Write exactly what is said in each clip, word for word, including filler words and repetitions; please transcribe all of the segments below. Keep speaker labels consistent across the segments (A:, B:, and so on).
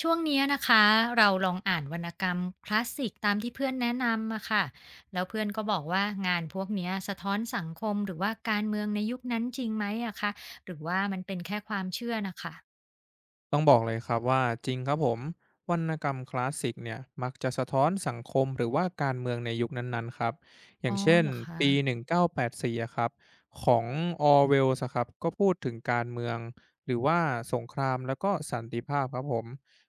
A: ช่วงเนี้ยนะคะเราลองอ่านวรรณกรรมคลาสสิกตามที่เพื่อนแนะนำอะค่ะแล้วเพื่อนก็บอกว่างานพวกเนี้ยสะท้อนสังคมหรือว่าการเมืองในยุคนั้นจริงไหมอะคะหรือว่ามันเป็นแค่ความเชื่อนะคะ
B: ต้องบอกเลยครับว่าจริงครับผมวรรณกรรมคลาสสิกเนี่ยมักจะสะท้อนสังคมหรือว่าการเมืองในยุคนั้นๆครับอ
A: อ๋
B: ย่า
A: อ
B: งเช่น
A: เหรอคะ
B: ปีหนึ่งเก้าแปดสี่อยแปดสิบสี่อะครับของออเวลส์อะครับก็พูดถึงการเมืองหรือว่าสงครามแล้วก็สันติภาพครับผม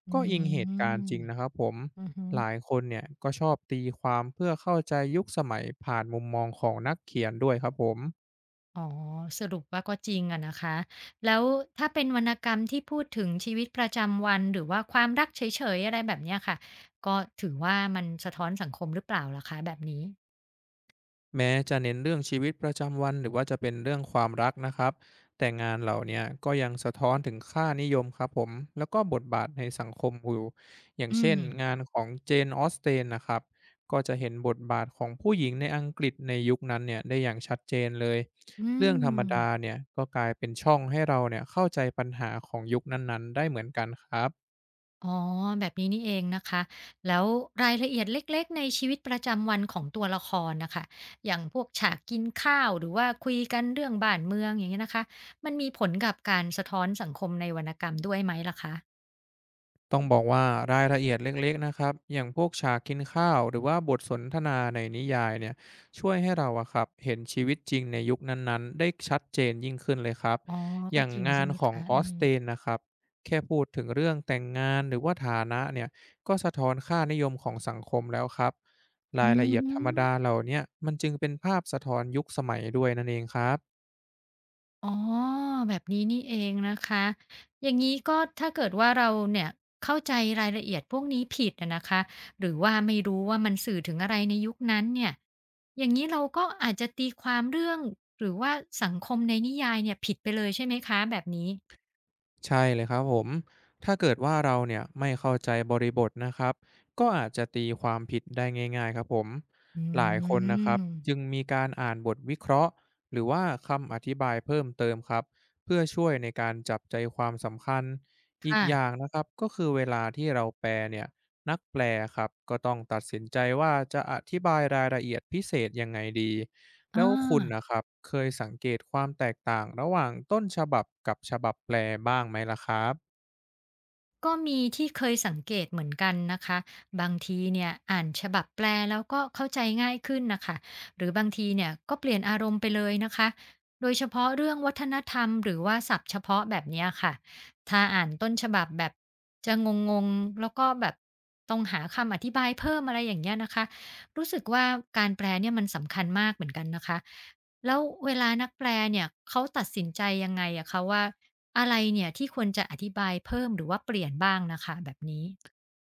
A: อื
B: ก็อิงเหตุการณ์จ
A: ม
B: ริงนะครับผม
A: อือฮึ
B: หลายคนเนี่ยก็ชอบตีความเพื่อเข้าใจยุคสมัยผ่านมุมมองของนักเขียนด้วยครับผม
A: อ๋อสรุปว่าก็จริงอะนะคะแล้วถ้าเป็นวรรณกรรมที่พูดถึงชีวิตประจำวันหรือว่าความรักเฉยๆอะไรแบบเนี้ยค่ะก็ถือว่ามันสะท้อนสังคมหรือเปล่าล่ะคะแบบนี้
B: แม้จะเน้นเรื่องชีวิตประจำวันหรือว่าจะเป็นเรื่องความรักนะครับ แต่งานเหล่าเนี้ยก็ยังสะท้อนถึงค่านิยมครับผม แล้วก็บทบาทในสังคมอยู่อย่าง
A: อื
B: เช่น
A: ม
B: งานของเจนออสเตนนะครับก็จะเห็นบทบาทของผู้หญิงในอังกฤษในยุคนั้นเนี่ยได้อย่างชัดเจนเลย
A: อื
B: เรื่องธรรมดา
A: ม
B: เนี่ยก็กลายเป็นช่องให้เราเนี่ยเข้าใจปัญหาของยุคนั้นๆได้เหมือนกันครับ
A: อ๋อแบบนี้นี่เองนะคะแล้วรายละเอียดเล็กๆในชีวิตประจำวันของตัวละครนะคะอย่างพวกฉากกินข้าวหรือว่าคุยกันเรื่องบ้านเมืองอย่างเงี้ยนะคะมันมีผลกับการสะท้อนสังคมในวรรณกรรมด้วยไหมล่ะคะ
B: ต้องบอกว่ารายละเอียดเล็กๆนะครับ อย่างพวกฉากกินข้าวหรือว่าบทสนทนาในนิยายเนี่ยช่วยให้เราอะครับ เห็นชีวิตจริงในยุคนั้นๆ ได้ชัดเจนยิ่งขึ้นเลยครับ
A: อ๋อ
B: อ
A: ก็
B: ย่าง
A: จริง
B: งา
A: ใช่
B: น
A: ไหม
B: ของ
A: คะ
B: ออ
A: อื
B: ส
A: ม
B: เตนนะครับ แค่พูดถึงเรื่องแต่งงานหรือว่าฐานะเนี่ยก็สะท้อนค่านิยมของสังคมแล้วครับ รา
A: อื
B: ยละเอียดธรรมดา
A: ม
B: เหล่าเนี้มันจึงเป็นภาพสะท้อนยุคสมัยด้วยนั่นเองครับ
A: อ๋อแบบนี้นี่เองนะคะอย่างนี้ก็ถ้าเกิดว่าเราเนี่ยเข้าใจรายละเอียดพวกนี้ผิดอะนะคะหรือว่าไม่รู้ว่ามันสื่อถึงอะไรในยุคนั้นเนี่ยอย่างนี้เราก็อาจจะตีความเรื่องหรือว่าสังคมในนิยายเนี่ยผิดไปเลยใช่ไหมคะแบบนี้
B: ใช่เลยครับผม ถ้าเกิดว่าเราเนี่ยไม่เข้าใจบริบทนะครับก็อาจจะตีความผิดได้ง่ายๆครับผม
A: อื
B: หลายคนนะครับ
A: ม
B: จึงมีการอ่านบทวิเคราะห์หรือว่าคำอธิบายเพิ่มเติมครับเพื่อช่วยในการจับใจความสำคัญอีกอย่า
A: ค่ะ
B: งนะครับก็คือเวลาที่เราแปลเนี่ยนักแปลครับก็ต้องตัดสินใจว่าจะอธิบายรายละเอียดพิเศษยังไงดี แล้วคุณนะ
A: ออ
B: ครับเคยสังเกตความแตกต่างระหว่างต้นฉบับกับฉบับแปลบ้างไหมล่ะครับ
A: ก็มีที่เคยสังเกตเหมือนกันนะคะบางทีเนี่ยอ่านฉบับแปลแล้วก็เข้าใจง่ายขึ้นนะคะหรือบางทีเนี่ยก็เปลี่ยนอารมณ์ไปเลยนะคะโดยเฉพาะเรื่องวัฒนธรรมหรือว่าศัพท์เฉพาะแบบเนี้ยค่ะถ้าอ่านต้นฉบับแบบจะงงๆแล้วก็แบบต้องหาคำอธิบายเพิ่มอะไรอย่างเงี้ยนะคะรู้สึกว่าการแปลเนี่ยมันสำคัญมากเหมือนกันนะคะแล้วเวลานักแปลเนี่ยเขาตัดสินใจยังไงอะคะว่า อะไรเนี่ยที่ควรจะอธิบายเพิ่มหรือว่าเปลี่ยนบ้างน่ะค่ะแบบนี้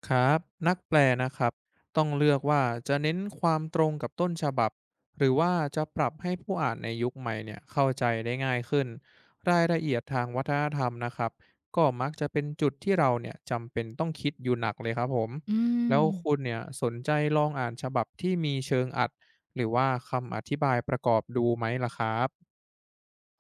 B: ครับนักแปลนะครับต้องเลือกว่าจะเน้นความตรงกับต้นฉบับหรือว่าจะปรับให้ผู้อ่านในยุคใหม่เนี่ยเข้าใจได้ง่ายขึ้นรายละเอียดทางวัฒนธรรมนะครับก็มักจะเป็นจุดที่เราเนี่ยจำเป็นต้องคิดอยู่หนักเลยครับผม
A: อื
B: แล้วคุณ
A: ม
B: เนี่ยสนใจลองอ่านฉบับที่มีเชิงอัดหรือว่าคำอธิบายประกอบดูไหมล่ะครับ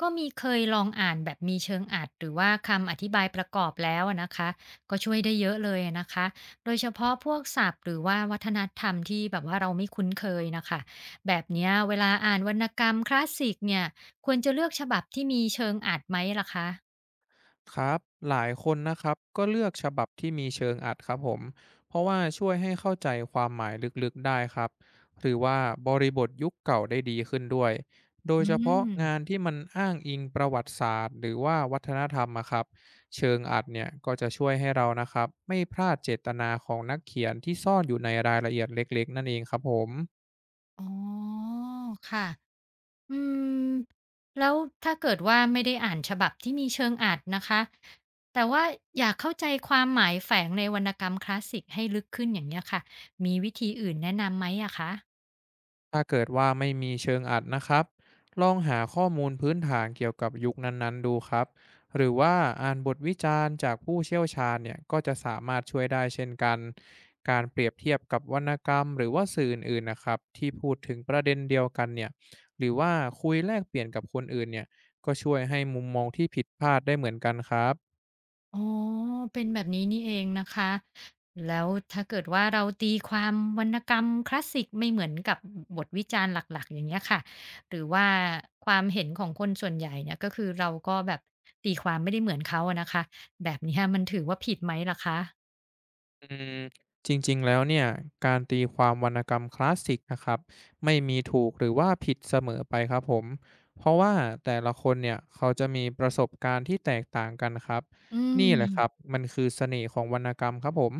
A: ก็มีเคยลองอ่านแบบมีเชิงอัดหรือว่าคำอธิบายประกอบแล้วอะนะคะก็ช่วยได้เยอะเลยอะนะคะโดยเฉพาะพวกศัพท์หรือว่าวัฒนธรรมที่แบบว่าเราไม่คุ้นเคยน่ะค่ะแบบเนี้ยเวลาอ่านวรรณกรรมคลาสสิกเนี่ยควรจะเลือกฉบับที่มีเชิงอัดไหมล่ะคะ
B: ครับหลายคนนะครับก็เลือกฉบับที่มีเชิงอัดครับผมเพราะว่าช่วยให้เข้าใจความหมายลึกๆได้ครับหรือว่าบริบทยุคเก่าได้ดีขึ้นด้วยโดย
A: อื
B: เฉพาะงาน
A: ม
B: ที่มันอ้างอิงประวัติศาสตร์หรือว่าวัฒนธรรมอะครับเชิงอัดเนี่ยก็จะช่วยให้เรานะครับไม่พลาดเจตนาของนักเขียนที่ซ่อนอยู่ในรายละเอียดเล็กๆนั่นเองครับผม
A: อ๋อค่ะ อืมแล้วถ้าเกิดว่าไม่ได้อ่านฉบับที่มีเชิงอ่านนะคะแต่ว่าอยากเข้าใจความหมายแฝงในวรรณกรรมคลาสสิกให้ลึกขึ้นอย่างเนี้ยค่ะมีวิธีอื่นแนะนำไหมอะคะ
B: ถ้าเกิดว่าไม่มีเชิงอัดนะครับลองหาข้อมูลพื้นฐานเกี่ยวกับยุคนั้นๆดูครับหรือว่าอ่านบทวิจารณ์จากผู้เชี่ยวชาญเนี่ยก็จะสามารถช่วยได้เช่นกันการเปรียบเทียบกับวรรณกรรมหรือว่าสื่ออื่นๆนะครับที่พูดถึงประเด็นเดียวกันเนี่ยหรือว่าคุยแลกเปลี่ยนกับคนอื่นเนี่ยก็ช่วยให้มุมมองที่ผิดพลาดได้เหมือนกันครับ
A: อ๋อเป็นแบบนี้นี่เองนะคะแล้วถ้าเกิดว่าเราตีความวรรณกรรมคลาสสิกไม่เหมือนกับบทวิจารณ์หลักๆอย่างเงี้ยค่ะหรือว่าความเห็นของคนส่วนใหญ่เนี่ยก็คือเราก็แบบตีความไม่ได้เหมือนเขาอะนะคะแบบเนี้ยมันถือว่าผิดไหมล่ะคะ
B: อืมจริงๆ แล้วเนี่ยการตีความวรรณกรรมคลาสสิกนะครับไม่มีถูกหรือว่าผิดเสมอไปครับผมเพราะว่าแต่ละคนเนี่ยเขาจะมีประสบการณ์ที่แตกต่างกันครับ
A: อื
B: นี่แหละครับ
A: ม
B: มันคือเสน่ห์ของวรรณกรรมครับผม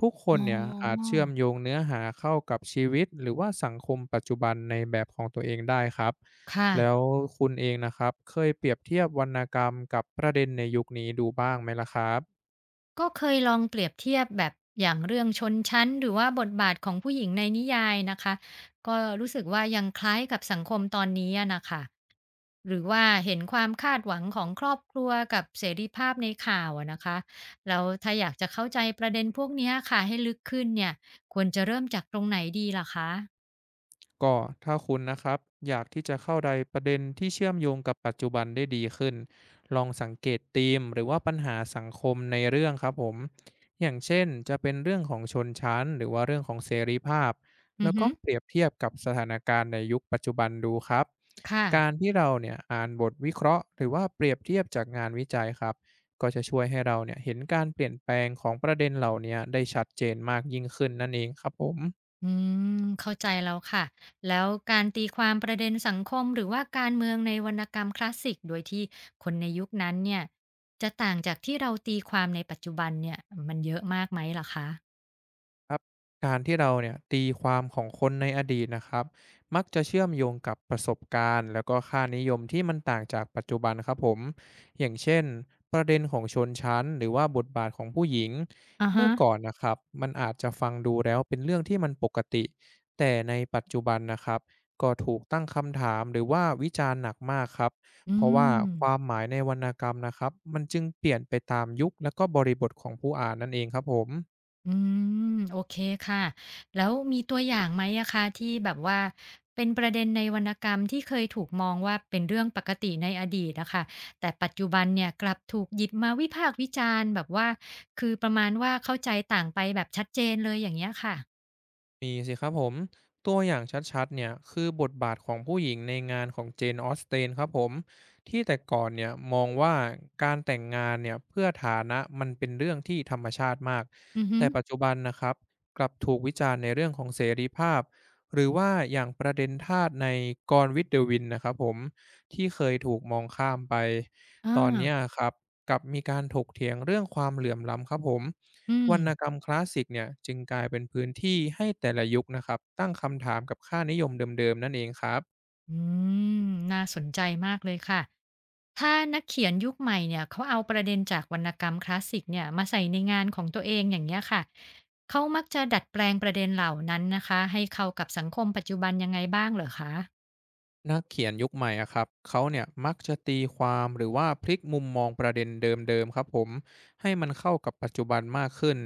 B: ทุกค
A: อ๋
B: นเนี่ยอาจ
A: อ
B: เชื่อมโยงเนื้อหาเข้ากับชีวิตหรือว่าสังคมปัจจุบันในแบบของตัวเองได้ครับแล้ว
A: ค่ะ
B: คุณเองนะครับเคยเปรียบเทียบวรรณกรรมกับประเด็นในยุคนี้ดูบ้างไหมล่ะครับ
A: ก็เคยลองเปรียบเทียบแบบอย่างเรื่องชนชั้นหรือว่าบทบาทของผู้หญิงในนิยายนะคะก็รู้สึกว่ายังคล้ายกับสังคมตอนนี้อะนะค่ะหรือว่าเห็นความคาดหวังของครอบครัวกับเสรีภาพในข่าวอะนะคะแล้วถ้าอยากจะเข้าใจประเด็นพวกเนี้ยค่ะให้ลึกขึ้นเนี่ยควรจะเริ่มจากตรงไหนดีล่ะคะ
B: ก็ถ้าคุณนะครับอยากที่จะเข้าใจประเด็นที่เชื่อมโยงกับปัจจุบันได้ดีขึ้นลองสังเกตธีมหรือว่าปัญหาสังคมในเรื่องครับผมอย่างเช่นจะเป็นเรื่องของชนชั้นหรือว่าเรื่องของเสรีภาพ
A: อื
B: แล้
A: อ
B: ว
A: ฮึ
B: ก็เปรียบเทียบกับสถานการณ์ในยุคปัจจุบันดูครับ
A: ค่ะ
B: การที่เราเนี่ยอ่านบทวิเคราะห์หรือว่าเปรียบเทียบจากงานวิจัยครับก็จะช่วยให้เราเนี่ยเห็นการเปลี่ยนแปลงของประเด็นเหล่านี้ได้ชัดเจนมากยิ่งขึ้นนั่นเองครับผม
A: อืมเข้าใจแล้วค่ะแล้วการตีความประเด็นสังคมหรือว่าการเมืองในวรรณกรรมคลาสสิกโดยที่คนในยุคนั้นเนี่ยจะต่างจากที่เราตีความในปัจจุบันเนี่ยมันเยอะมากไหมลหรคะ
B: ครับการที่เราเนี่ยตีความของคนในอดีตนะครับมักจะเชื่อมโยงกับประสบการณ์แล้วก็ค่านิยมที่มันต่างจากปัจจุบันครับผมอย่างเช่นประเด็นของชนชั้นหรือว่าบทบาทของผู้หญิง
A: อะ
B: เมื่
A: ฮะ
B: อก่อนนะครับมันอาจจะฟังดูแล้วเป็นเรื่องที่มันปกติแต่ในปัจจุบันนะครับก็ถูกตั้งคำถามหรือว่าวิจารณ์หนักมากครับ
A: อื
B: เพราะว่า
A: ม
B: ความหมายในวรรณกรรมนะครับมันจึงเปลี่ยนไปตามยุคและก็บริบทของผู้อ่านนั่นเองครับผม
A: อืมโอเคค่ะแล้วมีตัวอย่างไหมอะคะที่แบบว่าเป็นประเด็นในวรรณกรรมที่เคยถูกมองว่าเป็นเรื่องปกติในอดีตอะค่ะแต่ปัจจุบันเนี่ยกลับถูกหยิบมาวิพากษ์วิจารณ์แบบว่าคือประมาณว่าเข้าใจต่างไปแบบชัดเจนเลยอย่างเงี้ยค่ะ
B: มีสิครับผมตัวอย่างชัดๆเนี่ยคือบทบาทของผู้หญิงในงานของเจนออสเตนครับผมที่แต่ก่อนเนี่ยมองว่าการแต่งงานเนี่ยเพื่อฐานะมันเป็นเรื่องที่ธรรมชาติมาก
A: อือฮึ
B: แต่ปัจจุบันนะครับกลับถูกวิจารณ์ในเรื่องของเสรีภาพหรือว่าอย่างประเด็นทาสในกรวิ t เดอวินนะครับผมที่เคยถูกมองข้ามไป
A: อา
B: ตอนเนี้ยครับกลับมีการถกเถียงเรื่องความเหลื่อมล้ำครับผม
A: อื
B: ว
A: ม
B: รรณกรรมคลาสสิกเนี่ยจึงกลายเป็นพื้นที่ให้แต่ละยุคนะครับตั้งคำถามกับค่านิยมเดิมๆนั่นเองครับ
A: อืมน่าสนใจมากเลยค่ะถ้านักเขียนยุคใหม่เนี่ยเขาเอาประเด็นจากวรรณกรรมคลาสสิกเนี่ยมาใส่ในงานของตัวเองอย่างเงี้ยค่ะเขามักจะดัดแปลงประเด็นเหล่านั้นนะคะให้เข้ากับสังคมปัจจุบันยังไงบ้างเหรอคะ
B: นักเขียนยุคใหม่อะครับเขาเนี่ยมักจะตีความหรือว่าพลิกมุมมองประเด็นเดิมๆครับผมให้มันเข้ากับปัจจุบันมากขึ้น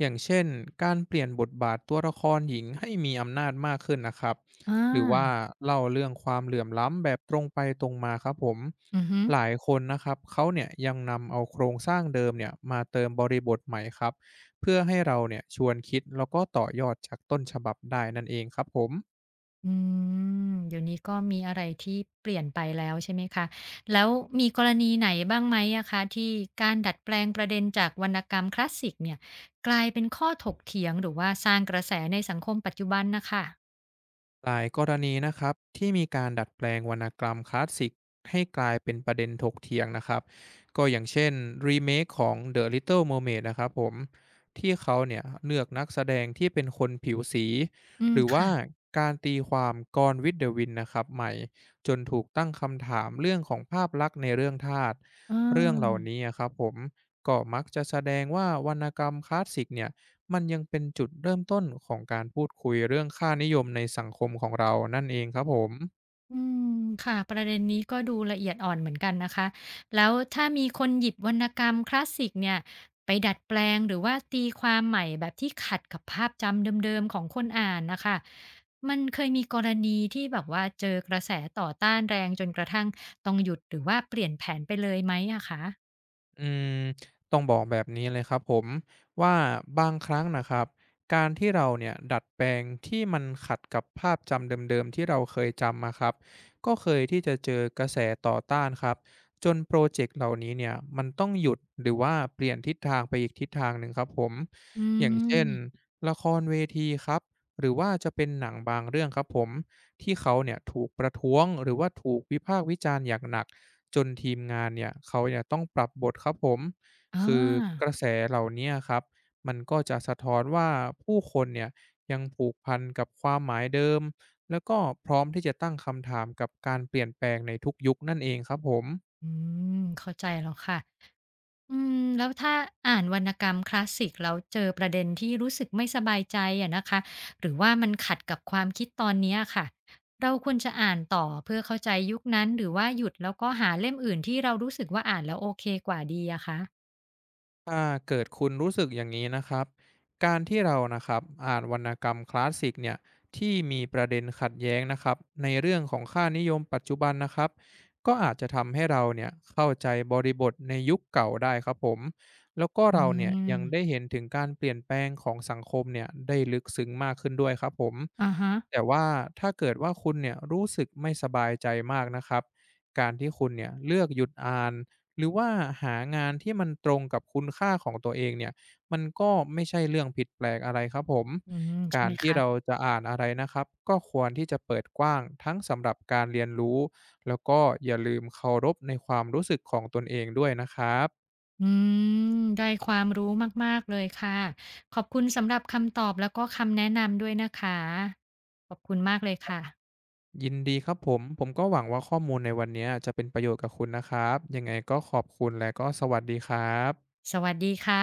B: อย่างเช่นการเปลี่ยนบทบาทตัวละครหญิงให้มีอำนาจมากขึ้นนะครับ
A: อา
B: หรือว่าเล่าเรื่องความเหลื่อมล้ำแบบตรงไปตรงมาครับผม
A: อือฮึ
B: หลายคนนะครับเขาเนี่ยยังนำเอาโครงสร้างเดิมเนี่ยมาเติมบริบทใหม่ครับเพื่อให้เราเนี่ยชวนคิดแล้วก็ต่อยอดจากต้นฉบับได้นั่นเองครับผม
A: อืมเดี๋ยวนี้ก็มีอะไรที่เปลี่ยนไปแล้วใช่ไหมคะแล้วมีกรณีไหนบ้างไหมอะคะที่การดัดแปลงประเด็นจากวรรณกรรมคลาสสิกเนี่ยกลายเป็นข้อถกเถียงหรือว่าสร้างกระแสในสังคมปัจจุบันนะคะ
B: หลายกรณีนะครับที่มีการดัดแปลงวรรณกรรมคลาสสิกให้กลายเป็นประเด็นถกเถียงนะครับก็อย่างเช่นรีเมคของ เดอะ ลิตเติ้ล เมอร์เมด นะครับผมที่เขาเนี่ยเลือกนักแสดงที่เป็นคนผิวสี
A: อื
B: ห
A: ม
B: รือว่า
A: ค่ะ
B: การตีความกรวิ t เด e วินนะครับใหม่จนถูกตั้งคำถามเรื่องของภาพลักษณ์ในเรื่องทาส
A: เ
B: เรื่องเหล่า
A: ออ
B: นี้อะครับผมก็มักจะแสดงว่าวรรณกรรมคลาสสิกเนี่ย มันยังเป็นจุดเริ่มต้นของการพูดคุยเรื่องค่านิยมในสังคมของเรานั่นเองครับผม
A: อืมค่ะประเด็นนี้ก็ดูละเอียดอ่อนเหมือนกันนะคะแล้วถ้ามีคนหยิบวรรณกรรมคลาสสิกเนี่ยไปดัดแปลงหรือว่าตีความใหม่แบบที่ขัดกับภาพจำเดิมๆของคนอ่านนะคะมันเคยมีกรณีที่แบบว่าเจอกระแสต่อต้านแรงจนกระทั่งต้องหยุดหรือว่าเปลี่ยนแผนไปเลยไหมอะคะ
B: อืมต้องบอกแบบนี้เลยครับผมว่าบางครั้งนะครับการที่เราเนี่ยดัดแปลงที่มันขัดกับภาพจำเดิมๆที่เราเคยจำมาครับก็เคยที่จะเจอกระแสต่อต้านครับจนโปรเจกต์เหล่านี้เนี่ยมันต้องหยุดหรือว่าเปลี่ยนทิศทางไปอีกทิศทางหนึ่งครับผม
A: อื
B: อย่างเช่น
A: ม
B: ละครเวทีครับหรือว่าจะเป็นหนังบางเรื่องครับผมที่เขาเนี่ยถูกประท้วงหรือว่าถูกวิพากษ์วิจารณ์อย่างหนัก จนทีมงานเนี่ยเขาเนี่ยต้องปรับบทครับผม
A: อา
B: คือกระแสเหล่าเนี้ยครับมันก็จะสะท้อนว่าผู้คนเนี่ยยังผูกพันกับความหมายเดิมแล้วก็พร้อมที่จะตั้งคำถามกับการเปลี่ยนแปลงในทุกยุคนั่นเองครับผม
A: อืมเข้าใจแล้วค่ะ อืมแล้วถ้าอ่านวรรณกรรมคลาสสิกแล้วเจอประเด็นที่รู้สึกไม่สบายใจอะนะคะหรือว่ามันขัดกับความคิดตอนเนี้ยค่ะเราควรจะอ่านต่อเพื่อเข้าใจยุคนั้นหรือว่าหยุดแล้วก็หาเล่มอื่นที่เรารู้สึกว่าอ่านแล้วโอเคกว่าดีอะคะ
B: ถ้าเกิดคุณรู้สึกอย่างนี้นะครับการที่เรานะครับอ่านวรรณกรรมคลาสสิกเนี่ยที่มีประเด็นขัดแย้งนะครับในเรื่องของค่านิยมปัจจุบันนะครับก็อาจจะทำให้เราเนี่ยเข้าใจบริบทในยุคเก่าได้ครับผมแล้วก็
A: อื
B: เราเนี่ยยังได้
A: ม
B: เห็นถึงการเปลี่ยนแปลงของสังคมเนี่ยได้ลึกซึ้งมากขึ้นด้วยครับผม
A: อาฮะ
B: แต่ว่าถ้าเกิดว่าคุณเนี่ยรู้สึกไม่สบายใจมากนะครับการที่คุณเนี่ยเลือกหยุดอ่าน หรือว่าหางานที่มันตรงกับคุณค่าของตัวเองเนี่ยมันก็ไม่ใช่เรื่องผิดแปลกอะไรครับผม
A: อืมใช่
B: การ
A: ไหม
B: ที่
A: คะ
B: เราจะอ่านอะไรนะครับก็ควรที่จะเปิดกว้างทั้งสำหรับการเรียนรู้แล้วก็อย่าลืมเคารพในความรู้สึกของตนเองด้วยนะครับ
A: อืมได้ความรู้มากๆเลยค่ะขอบคุณสำหรับคำตอบแล้วก็คำแนะนำด้วยนะคะขอบคุณมากเลยค่ะ
B: ยินดีครับผมผมก็หวังว่าข้อมูลในวันนี้จะเป็นประโยชน์กับคุณนะครับยังไงก็ขอบคุณและก็สวัสดีครับ
A: สวัสดีค่ะ